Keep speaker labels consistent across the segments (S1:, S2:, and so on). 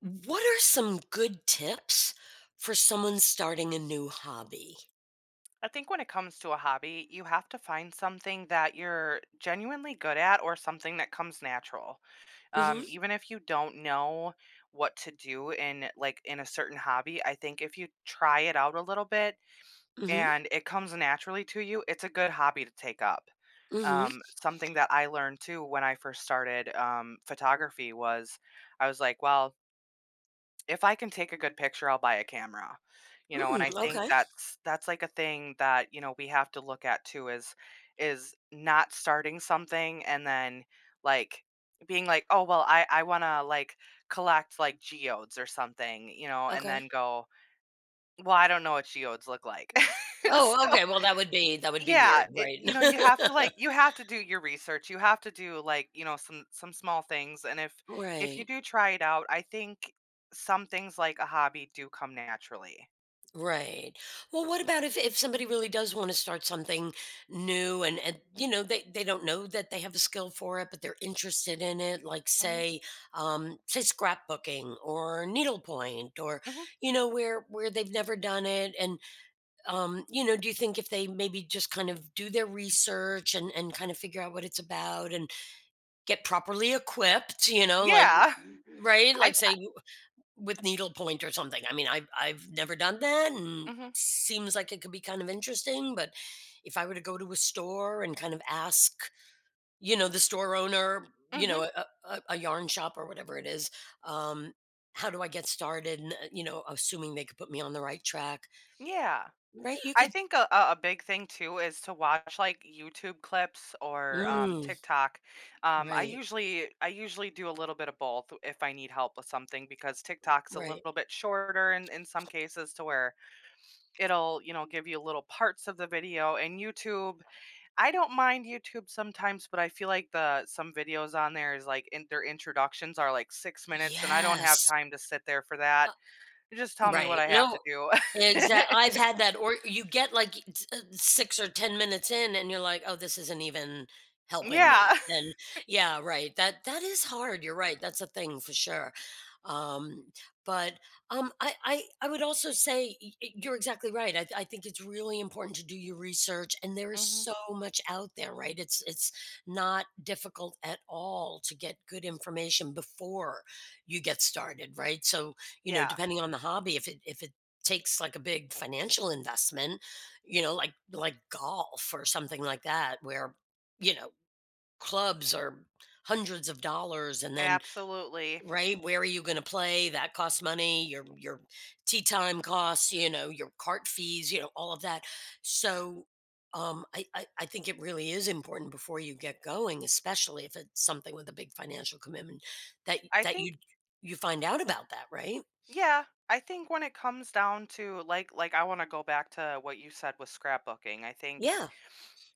S1: What are some good tips for someone starting a new hobby?
S2: I think when it comes to a hobby, you have to find something that you're genuinely good at or something that comes natural.
S1: Mhm.
S2: Even if you don't know what to do in in a certain hobby, I think if you try it out a little bit
S1: Mhm.
S2: and it comes naturally to you, it's a good hobby to take up.
S1: Mhm.
S2: Something that I learned too when I first started photography was I was like, well, if I can take a good picture, I'll buy a camera, you know, and
S1: Mm,
S2: I think
S1: okay.
S2: that's like a thing that, we have to look at too is not starting something and then like being like, "Oh, well, I want to collect like geodes or something," you know, and
S1: Okay.
S2: then go, "Well, I don't know what geodes look like."
S1: Oh,
S2: So
S1: okay, well, that would be
S2: yeah,
S1: weird, right?
S2: you have to, you have to do your research, you have to do, some small things, and if you
S1: Right.
S2: do try it out, I think some things like a hobby do come naturally.
S1: Right. Well, what about if somebody really does wanna start something new and, you know, they don't know that they have a skill for it, but they're interested in it, like,
S2: Mhm,
S1: say, say, scrapbooking or needlepoint or,
S2: mhm.
S1: you know, where they've never done it and you know, do you think if they maybe just kind of do their research and kind of figure out what it's about and get properly equipped, you know, like
S2: Yeah,
S1: right, like
S2: I I
S1: with needlepoint or something. I mean, I've never done that, and
S2: mhm,
S1: seems like it could be kind of interesting. But if I were to go to a store and kind of ask, you know, the store owner, you
S2: mhm,
S1: know, a yarn shop or whatever it is, um, how do I get started? And you know, assuming they could put me on the right track,
S2: yeah.
S1: right? You
S2: I
S1: could.
S2: think a big thing too is to watch, like, YouTube clips or,
S1: Mm.
S2: TikTok. I
S1: Right,
S2: usually I usually do a little bit of both if I need help with something because TikTok's a
S1: right.
S2: little bit shorter in some cases to where it'll, you know, give you little parts of the video. And YouTube, I don't mind YouTube sometimes, but I feel like the some videos on there is their introductions are like 6 minutes and I don't have
S1: Yes.
S2: time to sit there for that. Just tell me what
S1: Right,
S2: I have to
S1: no,
S2: do.
S1: exactly. I've had that, or you get, like, t 6 or 10 minutes in and you're like, "Oh, this isn't even helping
S2: Yeah.
S1: me," and yeah, right, that that is hard, you're right, that's a thing for sure, um, but, I would also say y y you're exactly right, I think it's really important to do your research, and there is
S2: Hmm.
S1: so much out there, right? It's not difficult at all to get good information before you get started, right? So, you know,
S2: Yeah,
S1: depending on the hobby, if it takes like a big financial investment, you know, like golf or something like that, where, you know, clubs are hundreds of dollars and then
S2: absolutely.
S1: right, where are you gonna play? That costs money, your tea time costs, you know, your cart fees, you know, all of that. So I think it really is important before you get going, especially if it's something with a big financial commitment, that
S2: I
S1: that
S2: think
S1: you you find out about that, right?
S2: yeah, I think when it comes down to like I want to go back to what you said with scrapbooking. I think
S1: Yeah.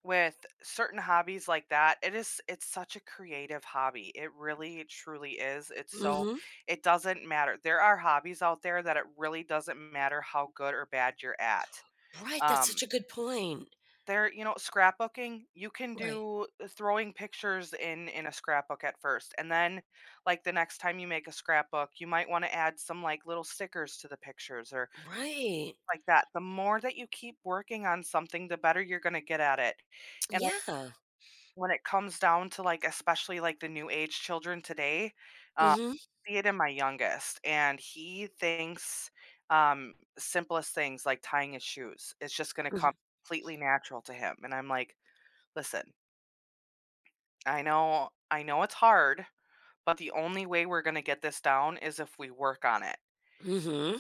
S2: with certain hobbies like that, it's such a creative hobby. It really truly is.
S1: Mhm.
S2: It doesn't matter. There are hobbies out there that it really doesn't matter how good or bad you're at.
S1: Right, that's
S2: Um,
S1: such a good point.
S2: there, you know, scrapbooking, you can
S1: Right.
S2: do, throwing pictures in a scrapbook at first, and then like the next time you make a scrapbook, you might want to add some like little stickers to the pictures or
S1: Right.
S2: like that. The more that you keep working on something, the better you're going to get at it. And
S1: Yeah.
S2: when it comes down to, like, especially, like, the new age children today, uh,
S1: Mhm.
S2: see it in my youngest, and he thinks, simplest things like tying his shoes, it's just gonna
S1: Mhm.
S2: come completely natural to him, and I'm like, "Listen, I know it's hard, but the only way we're gonna get this down is if we work on it."
S1: Mhm.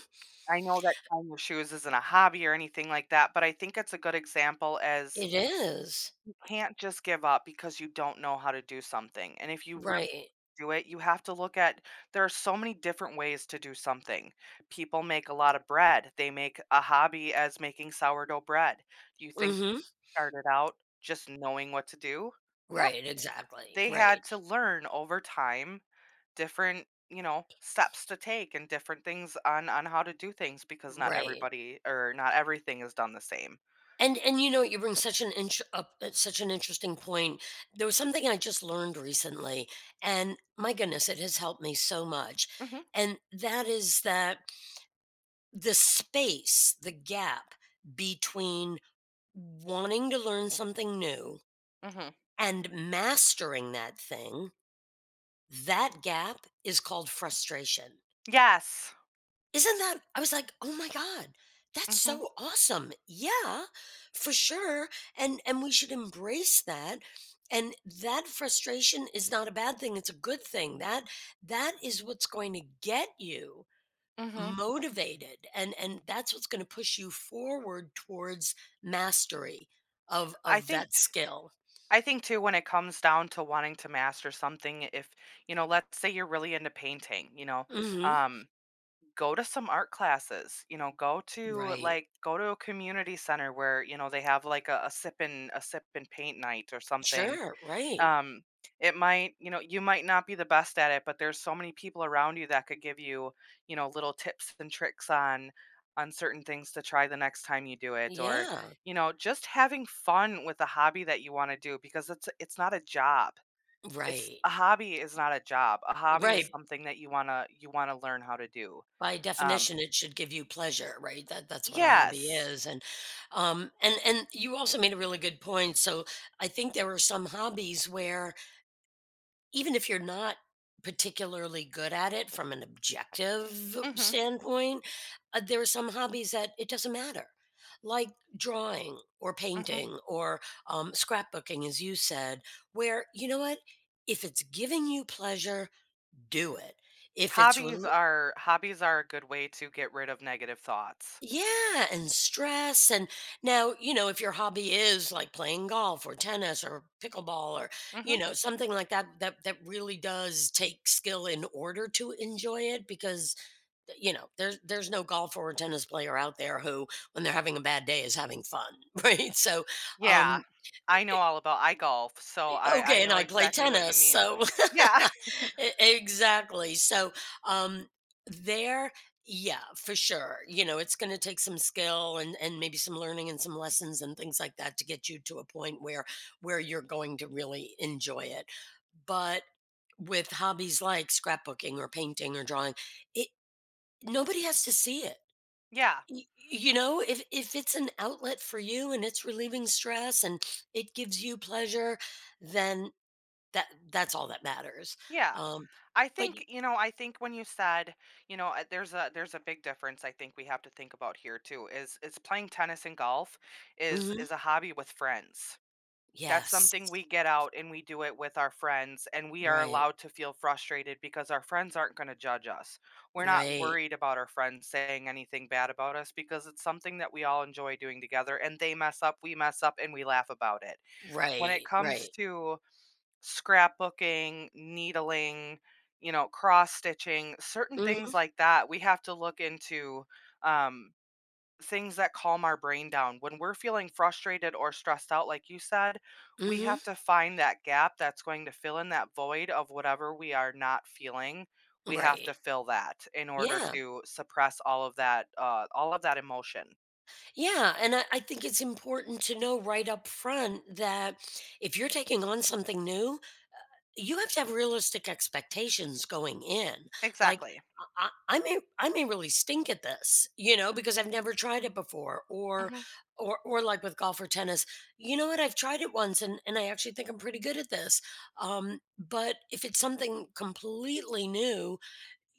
S2: I know that tying your shoes isn't a hobby or anything like that, but I think it's a good example as
S1: It is.
S2: you can't just give up because you don't know how to do something, and if you
S1: Right.
S2: do it, you have to look at there are so many different ways to do something. People make a lot of bread. They make a hobby as making sourdough bread. Do you think
S1: Mhm.
S2: they started out just knowing what to do? No,
S1: Right, exactly.
S2: they had
S1: Right.
S2: to learn over time different, you know, steps to take and different things on how to do things because not
S1: Right.
S2: everybody or not everything is done the same.
S1: And you know, you bring such an inch up such an interesting point. There was something I just learned recently, and my goodness, it has helped me so much.
S2: Mhm.
S1: And that is that the space, the gap between wanting to learn something new
S2: Mhm.
S1: and mastering that thing, that gap is called frustration.
S2: Yes.
S1: Isn't that? I was like, oh my God, that's
S2: Mhm.
S1: so awesome. Yeah, for sure. And we should embrace that. And that frustration is not a bad thing. It's a good thing. That that is what's going to get you
S2: Mhm.
S1: motivated and that's what's going to push you forward towards mastery
S2: I
S1: of
S2: think
S1: that skill.
S2: I think too when it comes down to wanting to master something, if you know, let's say you're really into painting, you know,
S1: Hmm.
S2: um, go to some art classes, you know,
S1: Right.
S2: go to a community center where, you know, they have like a sip and paint night or something,
S1: Sure. Right.
S2: um, it might, you know, you might not be the best at it, but there's so many people around you that could give you, you know, little tips and tricks on certain things to try the next time you do it or,
S1: Yeah.
S2: you know, just having fun with a hobby that you want to do because it's not a job. It's
S1: Right.
S2: a hobby is not a job. A hobby is
S1: Right.
S2: something that you want to learn how to do.
S1: By
S2: Um,
S1: definition, it should give you pleasure, right? That that's what a hobby
S2: yes.
S1: is. And you also made a really good point. So I think there are some hobbies where even if you're not particularly good at it from an objective
S2: Mhm.
S1: standpoint, there are some hobbies that it doesn't matter. Like drawing or
S2: Mhm.
S1: painting or scrapbooking, as you said, where you know what? If it's giving you pleasure, do it. If it's rel
S2: Hobbies are a good way to get rid of negative thoughts.
S1: yeah, and stress, and now, you know, if your hobby is, like, playing golf or tennis or pickleball or, you
S2: Mhm.
S1: know, something like that that that really does take skill in order to enjoy it because, you know, there's no golfer or tennis player out there who, when they're having a bad day, is having fun, right? So,
S2: Yeah.
S1: um,
S2: I golf, so I
S1: okay, and
S2: know
S1: I play
S2: exactly what you
S1: tennis,
S2: mean.
S1: so
S2: Yeah.
S1: E exactly, so, um, there yeah, for sure, you know, it's gonna take some skill and maybe some learning and some lessons and things like that to get you to a point where you're going to really enjoy it, but with hobbies like scrapbooking or painting or drawing, it nobody has to see it,
S2: Yeah.
S1: y you know? If it's an outlet for you and it's relieving stress and it gives you pleasure, then that that's all that matters,
S2: Yeah.
S1: um,
S2: I
S1: but you
S2: think, you know, I think when you said, you know, there's a big difference I think we have to think about here too is playing tennis and golf
S1: mhm,
S2: is a hobby with friends. That's
S1: yes.
S2: something we get out and we do it with our friends, and we are
S1: Right,
S2: allowed to feel frustrated because our friends aren't gonna judge us. We're not
S1: right,
S2: worried about our friends saying anything bad about us because it's something that we all enjoy doing together, and they mess up, we mess up, and we laugh about it. When it
S1: right,
S2: comes
S1: right.
S2: to scrapbooking, needling, you know, cross stitching, certain things
S1: Mhm,
S2: like that, we have to look into, um things that calm our brain down. When we're feeling frustrated or stressed out, like you said, we
S1: mhm,
S2: have to find that gap that's going to fill in that void of whatever we are not feeling. We have
S1: right.
S2: to fill that in order
S1: Yeah,
S2: to suppress all of that emotion.
S1: yeah, and I think it's important to know right up front that if you're taking on something new, you have to have realistic expectations going in. Like,
S2: Exactly.
S1: I may I may really stink at this, you know, because I've never tried it before
S2: Mhm.
S1: or like with golf or tennis, you know what, I've tried it once and I actually think I'm pretty good at this. But if it's something completely new,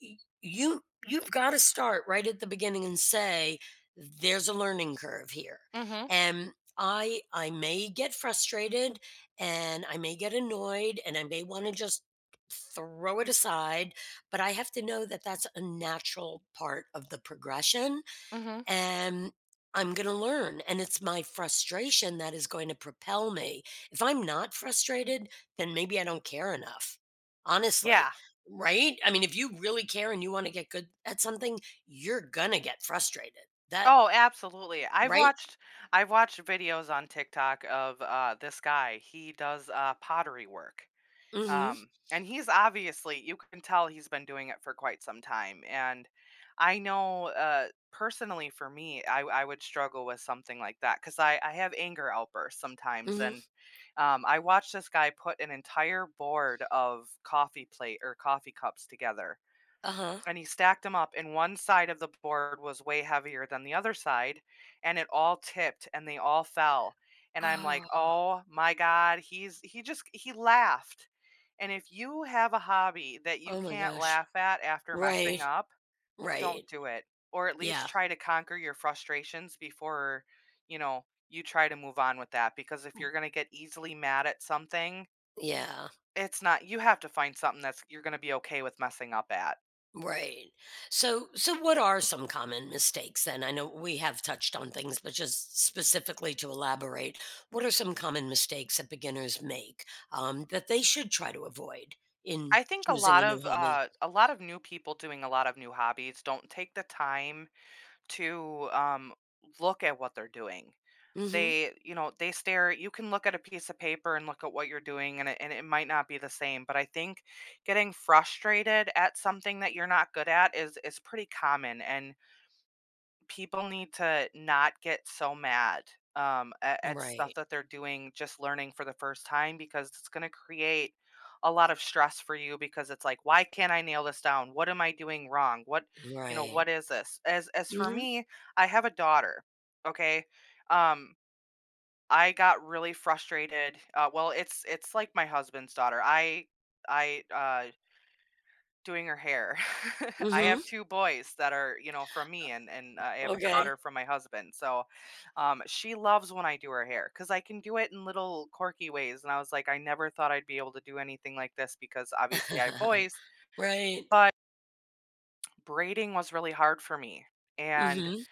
S1: you've got to start right at the beginning and say there's a learning curve here
S2: Mhm.
S1: and I may get frustrated and I may get annoyed and I may want to just throw it aside, but I have to know that that's a natural part of the progression
S2: Mhm.
S1: and I'm going to learn. And it's my frustration that is going to propel me. If I'm not frustrated, then maybe I don't care enough, honestly.
S2: Yeah.
S1: Right? I mean, if you really care and you want to get good at something, you're going to get frustrated. That,
S2: Oh, absolutely.
S1: right?
S2: I've watched videos on TikTok of this guy. He does pottery work.
S1: Mm
S2: And he's obviously, you can tell he's been doing it for quite some time. And I know, personally for me, I would struggle with something like that because, I have anger outbursts
S1: hmm.
S2: sometimes.
S1: Mm
S2: And
S1: hmm.
S2: I watched this guy put an entire board of coffee plate or coffee cups together,
S1: Uh huh.
S2: and he stacked them up, and one side of the board was way heavier than the other side, and it all tipped and they all fell, and I'm like,
S1: Oh,
S2: oh my god, he's he just he laughed. And if you have a hobby that you
S1: oh my
S2: can't
S1: gosh.
S2: laugh at after messing
S1: Right.
S2: up,
S1: Right.
S2: don't do it, or at
S1: Yeah.
S2: least try to conquer your frustrations before, you know, you try to move on with that, because if you're going to get easily mad at something,
S1: Yeah.
S2: it's not you have to find something that's you're going to be okay with messing up at.
S1: Right. So so what are some common mistakes then? I know we have touched on things, but just specifically to elaborate, what are some common mistakes that beginners make that they should try to avoid in
S2: I think a
S1: choosing
S2: lot
S1: a new
S2: of,
S1: hobby?
S2: a lot of new people doing a lot of new hobbies don't take the time to, look at what they're doing.
S1: Hmm.
S2: They, you know, they stare. You can look at a piece of paper and look at what you're doing, and and it might not be the same. But I think getting frustrated at something that you're not good at is pretty common, and people need to not get so mad, at, stuff
S1: Right.
S2: that they're doing just learning for the first time, because it's going to create a lot of stress for you, because it's like, why can't I nail this down? What am I doing wrong? What, you know,
S1: Right.
S2: what is this? As for
S1: Hmm.
S2: me, I have a daughter. Okay. um I got really frustrated, well, it's like my husband's daughter. I Doing her hair. I have
S1: Hmm.
S2: 2 boys that are, you know, from me, and I have a
S1: Okay.
S2: daughter from my husband, so, she loves when I do her hair because I can do it in little quirky ways, and I was like, "I never thought I'd be able to do anything like this because obviously I have boys,"
S1: Right.
S2: but braiding was really hard for me, and
S1: Hmm.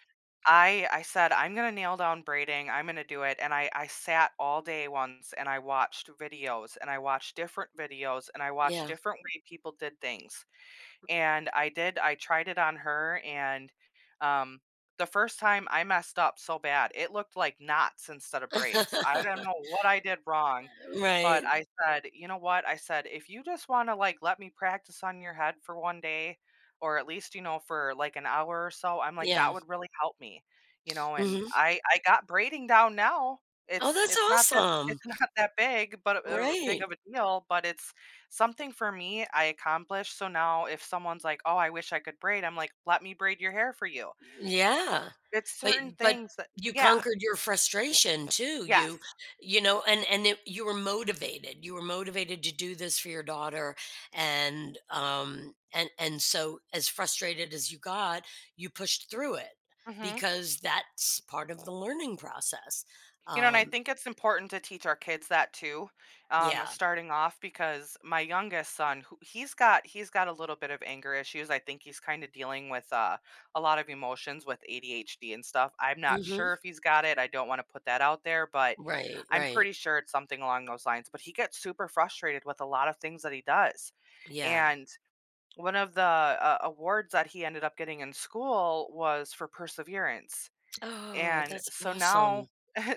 S2: I said, "I'm gonna nail down braiding, I'm gonna do it," and I sat all day once and I watched videos, and I watched different videos, and I watched
S1: Yeah.
S2: different way people did things. And I tried it on her, and, um, the first time I messed up so bad, it looked like knots instead of braids. I don't know what I did wrong, but
S1: Right.
S2: I said, "You know what?" I said, "If you just wanna, like, let me practice on your head for one day, or at least, you know, for, like, an hour or so," I'm like, "That
S1: Yeah.
S2: would really help me," you know, and
S1: Hmm.
S2: I got braiding down now.
S1: Oh, that's
S2: It's not that
S1: awesome.
S2: it's Not that big, but, big
S1: Right.
S2: of a deal, but it's something for me, I accomplished. So now if someone's like, "Oh, I wish I could braid," I'm like, "Let me braid your hair for you."
S1: Yeah.
S2: It's
S1: But
S2: certain
S1: but
S2: things that
S1: you
S2: yeah.
S1: conquered your frustration too.
S2: Yes.
S1: You know, and it, you were motivated. You were motivated to do this for your daughter and so as frustrated as you got, you pushed through it
S2: Mhm.
S1: because that's part of the learning process.
S2: You know, and I
S1: Um
S2: think it's important to teach our kids that too,
S1: yeah.
S2: starting off because my youngest son, who he's got a little bit of anger issues. I think he's kind of dealing with, a lot of emotions with ADHD and stuff. I'm not
S1: Mhm.
S2: sure if he's got it. I don't want to put that out there, but
S1: Right,
S2: I'm
S1: right.
S2: pretty sure it's something along those lines. But he gets super frustrated with a lot of things that he does,
S1: Yeah.
S2: and one of the, awards that he ended up getting in school was for perseverance.
S1: Oh,
S2: And
S1: that's awesome.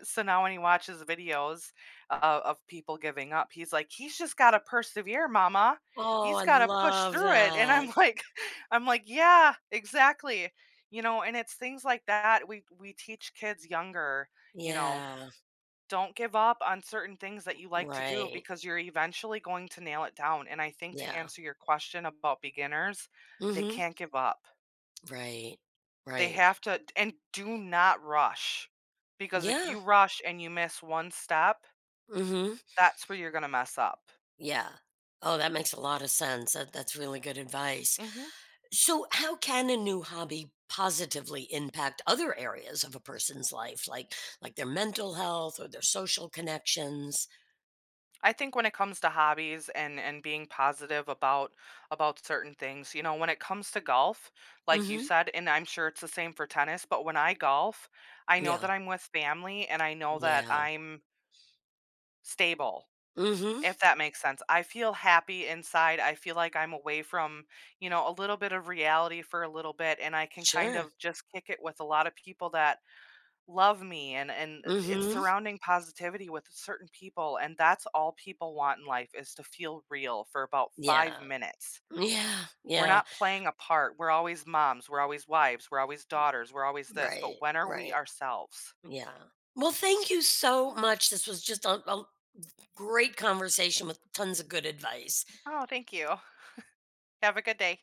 S2: so now when he watches videos of people giving up, he's like, "He's just gotta persevere, mama.
S1: Oh,
S2: He's
S1: I
S2: gotta push
S1: love
S2: through it." And
S1: that.
S2: I'm like, I'm like, "Yeah, exactly." You know, and it's things like that we teach kids younger, you know,
S1: Yeah.
S2: don't give up on certain things that you like to do
S1: Right.
S2: because you're eventually going to nail it down. And I think to
S1: Yeah.
S2: answer your question about beginners, they
S1: Mhm.
S2: can't give up.
S1: Right.
S2: They
S1: Right.
S2: have to, and do not rush. Because if
S1: Yeah.
S2: you rush and you miss one step,
S1: Mhm.
S2: that's where you're gonna mess up.
S1: Yeah. Oh, that makes a lot of sense. That that's really good advice.
S2: Mhm.
S1: So, how can a new hobby positively impact other areas of a person's life, like their mental health or their social connections?
S2: I think when it comes to hobbies and being positive about certain things, you know, when it comes to golf, like you
S1: Mhm.
S2: said, and I'm sure it's the same for tennis, but when I golf, I know
S1: Yeah.
S2: that I'm with family, and I know that
S1: Yeah.
S2: I'm stable,
S1: Mhm.
S2: if that makes sense. I feel happy inside. I feel like I'm away from, you know, a little bit of reality for a little bit, and I can kind
S1: Sure.
S2: of just kick it with a lot of people that love me, and it's
S1: Mhm.
S2: surrounding positivity with certain people, and that's all people want in life is to feel real for about 5
S1: Yeah.
S2: minutes.
S1: Yeah.
S2: We're
S1: Yeah.
S2: not playing a part. We're always moms, we're always wives, we're always daughters, we're always this,
S1: Right.
S2: but when are we
S1: Right.
S2: ourselves?
S1: Yeah. Well, thank you so much. This was just a great conversation with tons of good advice.
S2: Oh, thank you. Have a good day.